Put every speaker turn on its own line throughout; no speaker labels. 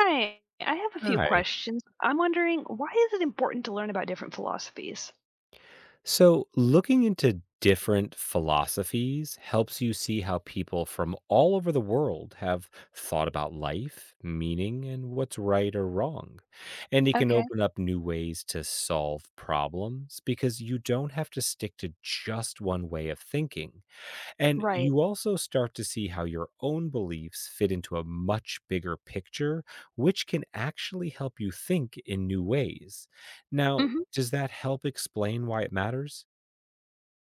Hi, I have a few
Hi.
questions. I'm wondering why is it important to learn about different philosophies?
So, looking into different philosophies helps you see how people from all over the world have thought about life, meaning, and what's right or wrong. And it can
Okay,
open up new ways to solve problems because you don't have to stick to just one way of thinking. And
right.
you also start to see how your own beliefs fit into a much bigger picture, which can actually help you think in new ways. Now,
Hmm.
does that help explain why it matters?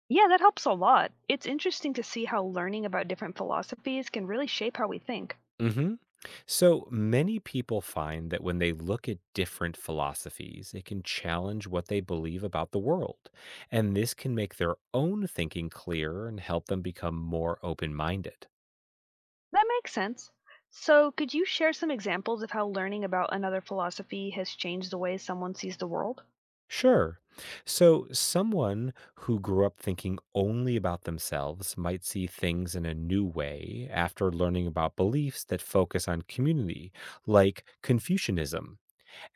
Yeah, that helps a lot. It's interesting to see how learning about different philosophies can really shape how we think.
Hmm. So many people find that when they look at different philosophies, it can challenge what they believe about the world. And this can make their own thinking clearer and help them become more open minded.
That makes sense. So, could you share some examples of how learning about another philosophy has changed the way someone sees the world?
Sure. So, someone who grew up thinking only about themselves might see things in a new way after learning about beliefs that focus on community, like Confucianism.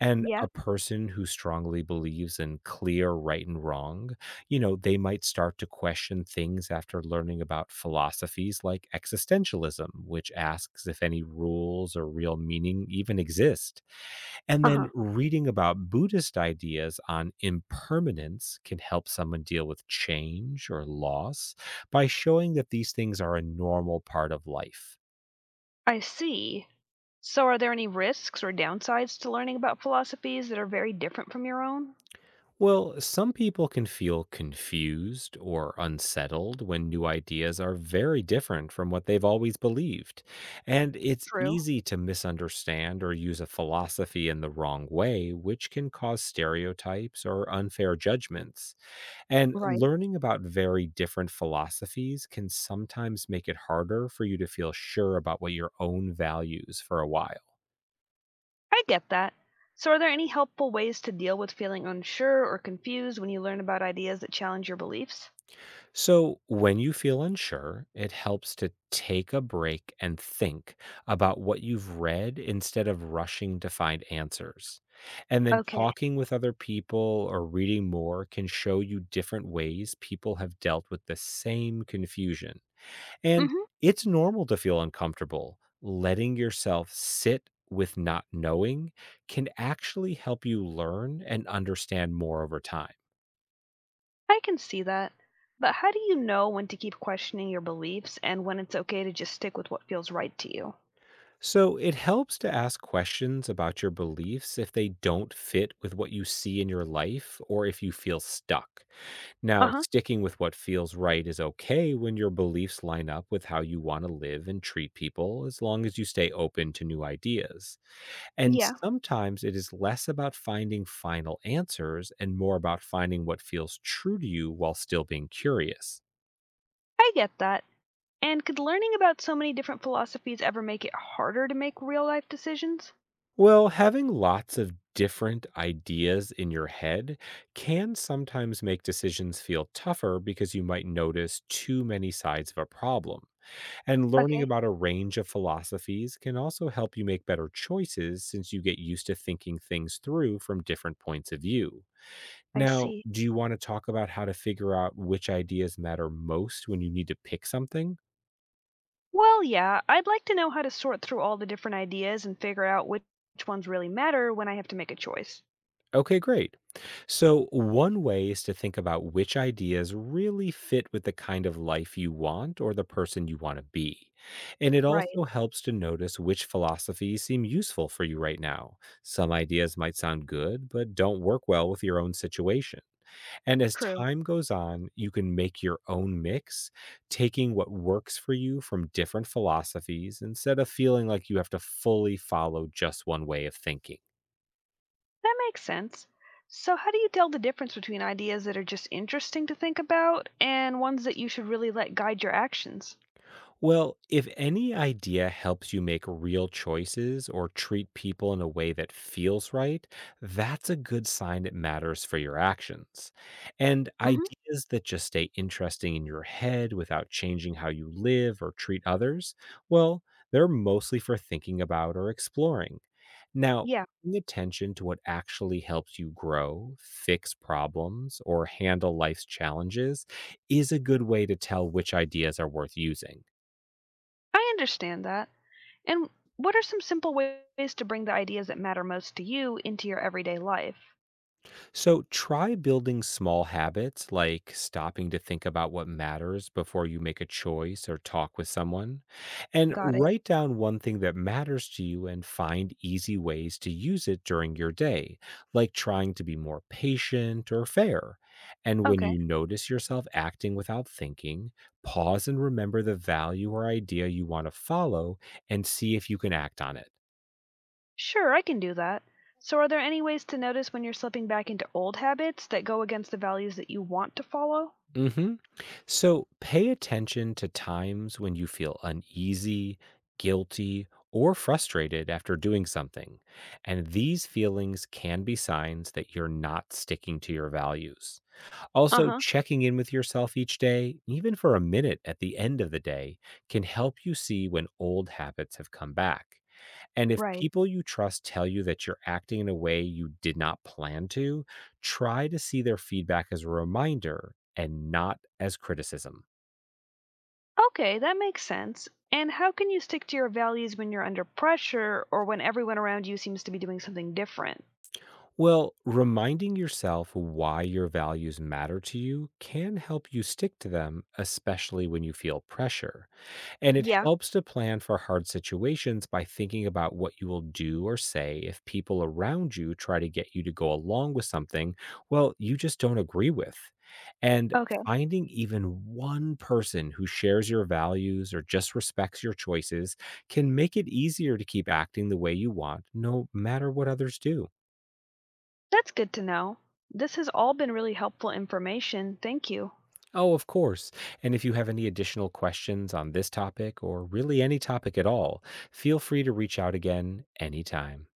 And
Yeah.
a person who strongly believes in clear right and wrong, you know, they might start to question things after learning about philosophies like existentialism, which asks if any rules or real meaning even exist. And
Uh
then
huh.
reading about Buddhist ideas on impermanence can help someone deal with change or loss by showing that these things are a normal part of life.
I see. So, are there any risks or downsides to learning about philosophies that are very different from your own?
Well, some people can feel confused or unsettled when new ideas are very different from what they've always believed. And it's
True.
easy to misunderstand or use a philosophy in the wrong way, which can cause stereotypes or unfair judgments. And
Right.
learning about very different philosophies can sometimes make it harder for you to feel sure about what your own values for a while.
I get that. So, are there any helpful ways to deal with feeling unsure or confused when you learn about ideas that challenge your beliefs?
So, when you feel unsure, it helps to take a break and think about what you've read instead of rushing to find answers. And then
Okay.
talking with other people or reading more can show you different ways people have dealt with the same confusion. And
Mhm.
it's normal to feel uncomfortable. Letting yourself sit with not knowing can actually help you learn and understand more over time.
I can see that. But how do you know when to keep questioning your beliefs and when it's okay to just stick with what feels right to you?
So it helps to ask questions about your beliefs if they don't fit with what you see in your life or if you feel stuck. Now,
Uh-huh.
sticking with what feels right is okay when your beliefs line up with how you want to live and treat people, as long as you stay open to new ideas. And
Yeah.
sometimes it is less about finding final answers and more about finding what feels true to you while still being curious.
I get that. And could learning about so many different philosophies ever make it harder to make real-life decisions?
Well, having lots of different ideas in your head can sometimes make decisions feel tougher because you might notice too many sides of a problem. And learning
Okay.
about a range of philosophies can also help you make better choices since you get used to thinking things through from different points of view.
I
Now,
see.
do you wanna talk about how to figure out which ideas matter most when you need to pick something?
Well, yeah, I'd like to know how to sort through all the different ideas and figure out which ones really matter when I have to make a choice.
Okay, great. So, one way is to think about which ideas really fit with the kind of life you want or the person you want to be. And it
Right,
also helps to notice which philosophies seem useful for you right now. Some ideas might sound good, but don't work well with your own situation. And as
true.
time goes on, you can make your own mix, taking what works for you from different philosophies instead of feeling like you have to fully follow just one way of thinking.
That makes sense. So, how do you tell the difference between ideas that are just interesting to think about and ones that you should really let guide your actions?
Well, if any idea helps you make real choices or treat people in a way that feels right, that's a good sign it matters for your actions. And
Hmm.
ideas that just stay interesting in your head without changing how you live or treat others, well, they're mostly for thinking about or exploring. Now,
Yeah,
paying attention to what actually helps you grow, fix problems, or handle life's challenges is a good way to tell which ideas are worth using.
I understand that. And what are some simple ways to bring the ideas that matter most to you into your everyday life?
So try building small habits like stopping to think about what matters before you make a choice or talk with someone. And
Got it.
write down one thing that matters to you and find easy ways to use it during your day, like trying to be more patient or fair. And when
Okay.
you notice yourself acting without thinking, pause and remember the value or idea you want to follow and see if you can act on it.
Sure, I can do that. So, are there any ways to notice when you're slipping back into old habits that go against the values that you want to follow?
Hmm. So pay attention to times when you feel uneasy, guilty, or frustrated after doing something. And these feelings can be signs that you're not sticking to your values.
Uh
Also,
huh.
checking in with yourself each day, even for a minute at the end of the day, can help you see when old habits have come back. And if
Right.
people you trust tell you that you're acting in a way you did not plan to, try to see their feedback as a reminder and not as criticism.
Okay, that makes sense. And how can you stick to your values when you're under pressure or when everyone around you seems to be doing something different?
Well, reminding yourself why your values matter to you can help you stick to them, especially when you feel pressure. And it
Yeah,
helps to plan for hard situations by thinking about what you will do or say if people around you try to get you to go along with something, well, you just don't agree with. And
okay.
finding even one person who shares your values or just respects your choices can make it easier to keep acting the way you want, no matter what others do.
That's good to know. This has all been really helpful information. Thank you.
Oh, of course. And if you have any additional questions on this topic or really any topic at all, feel free to reach out again anytime.